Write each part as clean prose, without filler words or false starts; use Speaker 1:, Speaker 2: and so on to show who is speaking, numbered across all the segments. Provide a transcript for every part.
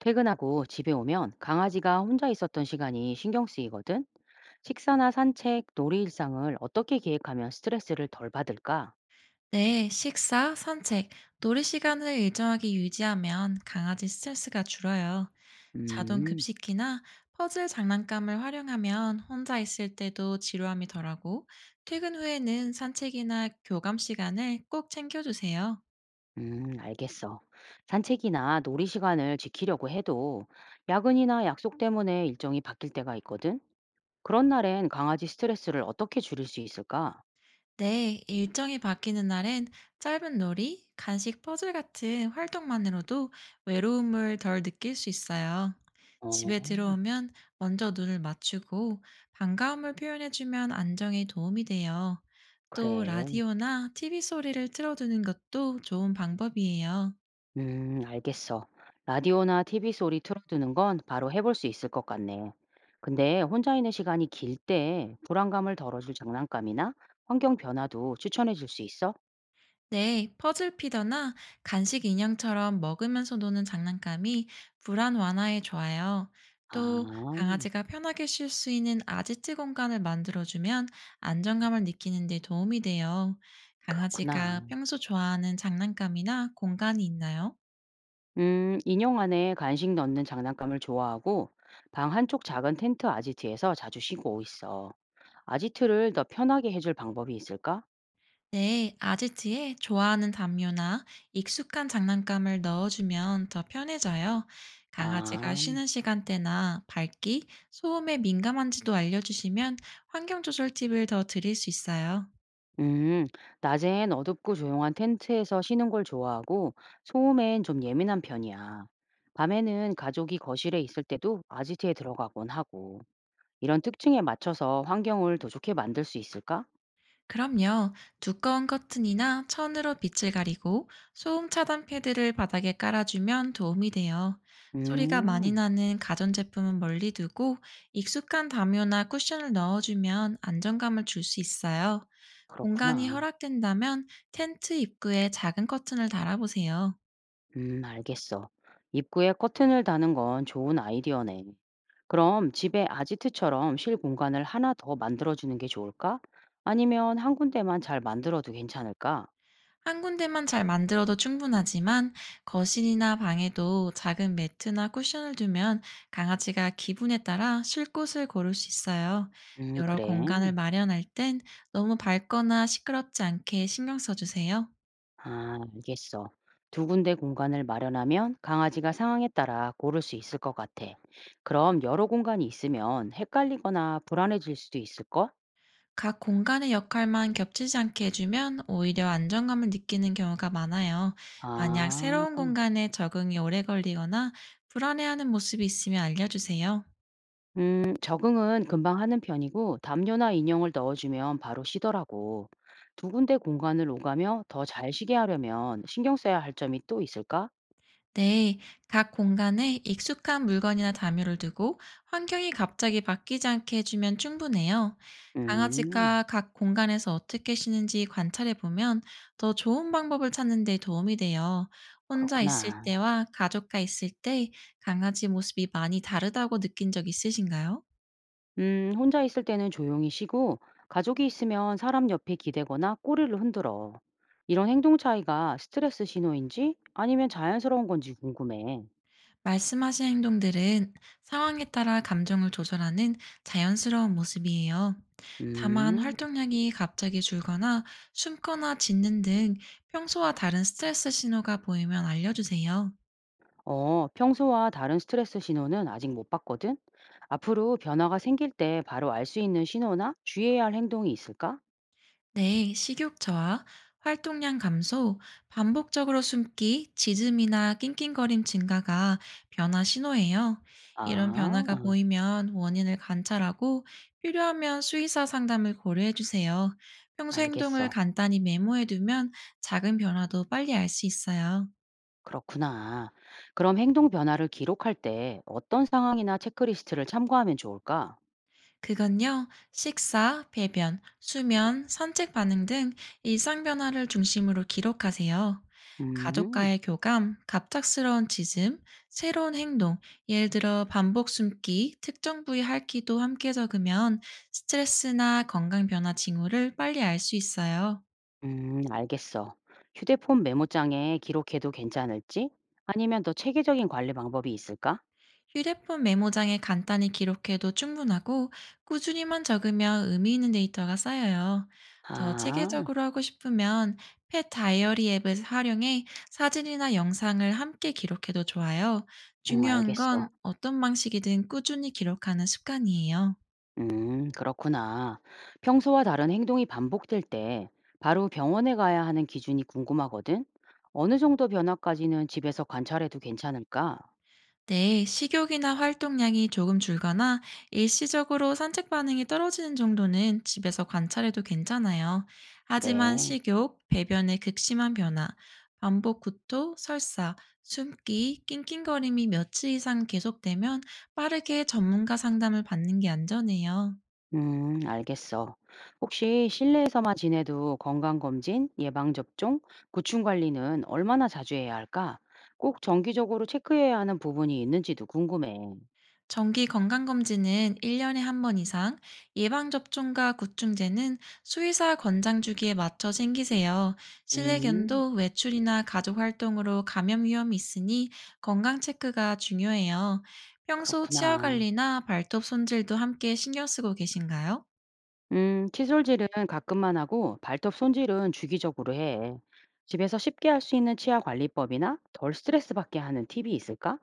Speaker 1: 퇴근하고 집에 오면 강아지가 혼자 있었던 시간이 신경 쓰이거든? 식사나 산책, 놀이 일상을 어떻게 계획하면 스트레스를 덜 받을까?
Speaker 2: 네, 식사, 산책, 놀이 시간을 일정하게 유지하면 강아지 스트레스가 줄어요. 자동
Speaker 1: 음,
Speaker 2: 급식기나 퍼즐 장난감을 활용하면 혼자 있을 때도 지루함이 덜하고, 퇴근 후에는 산책이나 교감 시간을 꼭 챙겨주세요.
Speaker 1: 알겠어. 산책이나 놀이 시간을 지키려고 해도 야근이나 약속 때문에 일정이 바뀔 때가 있거든? 그런 날엔 강아지 스트레스를 어떻게 줄일 수 있을까?
Speaker 2: 네, 일정이 바뀌는 날엔 짧은 놀이, 간식 퍼즐 같은 활동만으로도 외로움을 덜 느낄 수 있어요.
Speaker 1: 어,
Speaker 2: 집에 들어오면 먼저 눈을 맞추고 반가움을 표현해주면 안정에 도움이 돼요. 또
Speaker 1: 그래.
Speaker 2: 라디오나 TV 소리를 틀어두는 것도 좋은 방법이에요.
Speaker 1: 알겠어. 라디오나 티비 소리 틀어두는 건 바로 해볼 수 있을 것 같네. 근데 혼자 있는 시간이 길 때 불안감을 덜어줄 장난감이나 환경 변화도 추천해 줄 수 있어?
Speaker 2: 네, 퍼즐 피더나 간식 인형처럼 먹으면서 노는 장난감이 불안 완화에 좋아요. 또
Speaker 1: 아,
Speaker 2: 강아지가 편하게 쉴 수 있는 아지트 공간을 만들어주면 안정감을 느끼는 데 도움이 돼요.
Speaker 1: 그렇구나.
Speaker 2: 강아지가 평소 좋아하는 장난감이나 공간이 있나요?
Speaker 1: 인형 안에 간식 넣는 장난감을 좋아하고 방 한쪽 작은 텐트 아지트에서 자주 쉬고 있어. 아지트를 더 편하게 해줄 방법이 있을까?
Speaker 2: 네, 아지트에 좋아하는 담요나 익숙한 장난감을 넣어주면 더 편해져요. 강아지가
Speaker 1: 아.
Speaker 2: 쉬는 시간대나 밝기, 소음에 민감한지도 알려주시면 환경 조절 팁을 더 드릴 수 있어요.
Speaker 1: 음, 낮엔 어둡고 조용한 텐트에서 쉬는 걸 좋아하고 소음엔 좀 예민한 편이야. 밤에는 가족이 거실에 있을 때도 아지트에 들어가곤 하고 이런 특징에 맞춰서 환경을 더 좋게 만들 수 있을까?
Speaker 2: 그럼요. 두꺼운 커튼이나 천으로 빛을 가리고 소음 차단 패드를 바닥에 깔아주면 도움이 돼요. 소리가 많이
Speaker 1: 음,
Speaker 2: 나는 가전제품은 멀리 두고 익숙한 담요나 쿠션을 넣어주면 안정감을 줄 수 있어요. 공간이
Speaker 1: 그렇구나.
Speaker 2: 허락된다면 텐트 입구에 작은 커튼을 달아보세요.
Speaker 1: 알겠어. 입구에 커튼을 다는 건 좋은 아이디어네. 그럼 집에 아지트처럼 쉴 공간을 하나 더 만들어주는 게 좋을까? 아니면 한 군데만 잘 만들어도 괜찮을까?
Speaker 2: 한 군데만 잘 만들어도 충분하지만 거실이나 방에도 작은 매트나 쿠션을 두면 강아지가 기분에 따라 쉴 곳을 고를 수 있어요. 여러
Speaker 1: 그래.
Speaker 2: 공간을 마련할 땐 너무 밝거나 시끄럽지 않게 신경 써주세요.
Speaker 1: 아, 알겠어. 두 군데 공간을 마련하면 강아지가 상황에 따라 고를 수 있을 것 같아. 그럼 여러 공간이 있으면 헷갈리거나 불안해질 수도 있을걸?
Speaker 2: 각 공간의 역할만 겹치지 않게 해주면 오히려 안정감을 느끼는 경우가 많아요. 만약
Speaker 1: 아,
Speaker 2: 새로운 공간에 적응이 오래 걸리거나 불안해하는 모습이 있으면 알려주세요.
Speaker 1: 적응은 금방 하는 편이고 담요나 인형을 넣어주면 바로 쉬더라고. 두 군데 공간을 오가며 더 잘 쉬게 하려면 신경 써야 할 점이 또 있을까?
Speaker 2: 네, 각 공간에 익숙한 물건이나 담요를 두고 환경이 갑자기 바뀌지 않게 해주면 충분해요.
Speaker 1: 음,
Speaker 2: 강아지가 각 공간에서 어떻게 쉬는지 관찰해 보면 더 좋은 방법을 찾는 데 도움이 돼요. 혼자 있을
Speaker 1: 그렇구나.
Speaker 2: 때와 가족과 있을 때 강아지 모습이 많이 다르다고 느낀 적 있으신가요?
Speaker 1: 혼자 있을 때는 조용히 쉬고 가족이 있으면 사람 옆에 기대거나 꼬리를 흔들어. 이런 행동 차이가 스트레스 신호인지 아니면 자연스러운 건지 궁금해.
Speaker 2: 말씀하신 행동들은 상황에 따라 감정을 조절하는 자연스러운 모습이에요. 다만
Speaker 1: 음,
Speaker 2: 활동량이 갑자기 줄거나 숨거나 짖는 등 평소와 다른 스트레스 신호가 보이면 알려주세요.
Speaker 1: 어, 평소와 다른 스트레스 신호는 아직 못 봤거든? 앞으로 변화가 생길 때 바로 알 수 있는 신호나 주의해야 할 행동이 있을까?
Speaker 2: 네, 식욕 저하, 활동량 감소, 반복적으로 숨기, 짖음이나 낑낑거림 증가가 변화 신호예요. 이런
Speaker 1: 아,
Speaker 2: 변화가 보이면 원인을 관찰하고 필요하면 수의사 상담을 고려해 주세요. 평소 행동을
Speaker 1: 알겠어.
Speaker 2: 간단히 메모해 두면 작은 변화도 빨리 알 수 있어요.
Speaker 1: 그렇구나. 그럼 행동 변화를 기록할 때 어떤 상황이나 체크리스트를 참고하면 좋을까?
Speaker 2: 그건요, 식사, 배변, 수면, 산책 반응 등 일상 변화를 중심으로 기록하세요.
Speaker 1: 음.
Speaker 2: 가족과의 교감, 갑작스러운 짖음, 새로운 행동, 예를 들어 반복 숨기, 특정 부위 핥기도 함께 적으면 스트레스나 건강 변화 징후를 빨리 알 수 있어요.
Speaker 1: 알겠어. 휴대폰 메모장에 기록해도 괜찮을지? 아니면 더 체계적인 관리 방법이 있을까?
Speaker 2: 휴대폰 메모장에 간단히 기록해도 충분하고 꾸준히만 적으면 의미 있는 데이터가 쌓여요. 더
Speaker 1: 아,
Speaker 2: 체계적으로 하고 싶으면 펫 다이어리 앱을 활용해 사진이나 영상을 함께 기록해도 좋아요.
Speaker 1: 응,
Speaker 2: 중요한
Speaker 1: 알겠어.
Speaker 2: 건 어떤 방식이든 꾸준히 기록하는 습관이에요.
Speaker 1: 그렇구나. 평소와 다른 행동이 반복될 때 바로 병원에 가야 하는 기준이 궁금하거든? 어느 정도 변화까지는 집에서 관찰해도 괜찮을까?
Speaker 2: 네, 식욕이나 활동량이 조금 줄거나 일시적으로 산책 반응이 떨어지는 정도는 집에서 관찰해도 괜찮아요. 하지만
Speaker 1: 그래.
Speaker 2: 식욕, 배변의 극심한 변화, 반복 구토, 설사, 숨기, 낑낑거림이 며칠 이상 계속되면 빠르게 전문가 상담을 받는 게 안전해요.
Speaker 1: 알겠어. 혹시 실내에서만 지내도 건강검진, 예방접종, 구충관리는 얼마나 자주 해야 할까? 꼭 정기적으로 체크해야 하는 부분이 있는지도 궁금해.
Speaker 2: 정기 건강검진은 1년에 한 번 이상, 예방접종과 구충제는 수의사 권장 주기에 맞춰 챙기세요.
Speaker 1: 음,
Speaker 2: 실내견도 외출이나 가족 활동으로 감염 위험이 있으니 건강 체크가 중요해요. 평소 치아
Speaker 1: 그렇구나.
Speaker 2: 관리나 발톱 손질도 함께 신경 쓰고 계신가요?
Speaker 1: 칫솔질은 가끔만 하고 발톱 손질은 주기적으로 해. 집에서 쉽게 할 수 있는 치아 관리법이나 덜 스트레스 받게 하는 팁이 있을까?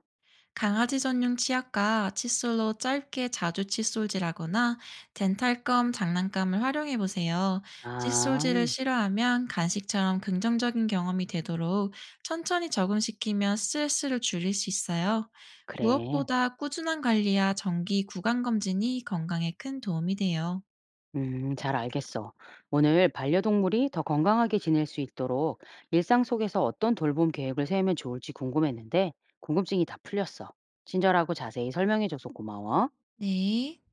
Speaker 2: 강아지 전용 치약과 칫솔로 짧게 자주 칫솔질하거나 덴탈검 장난감을 활용해 보세요. 칫솔질을
Speaker 1: 아,
Speaker 2: 싫어하면 간식처럼 긍정적인 경험이 되도록 천천히 적응시키면 스트레스를 줄일 수 있어요.
Speaker 1: 그래.
Speaker 2: 무엇보다 꾸준한 관리와 정기 구강 검진이 건강에 큰 도움이 돼요.
Speaker 1: 잘 알겠어. 오늘 반려동물이 더 건강하게 지낼 수 있도록 일상 속에서 어떤 돌봄 계획을 세우면 좋을지 궁금했는데, 궁금증이 다 풀렸어. 친절하고 자세히 설명해줘서 고마워.
Speaker 2: 네.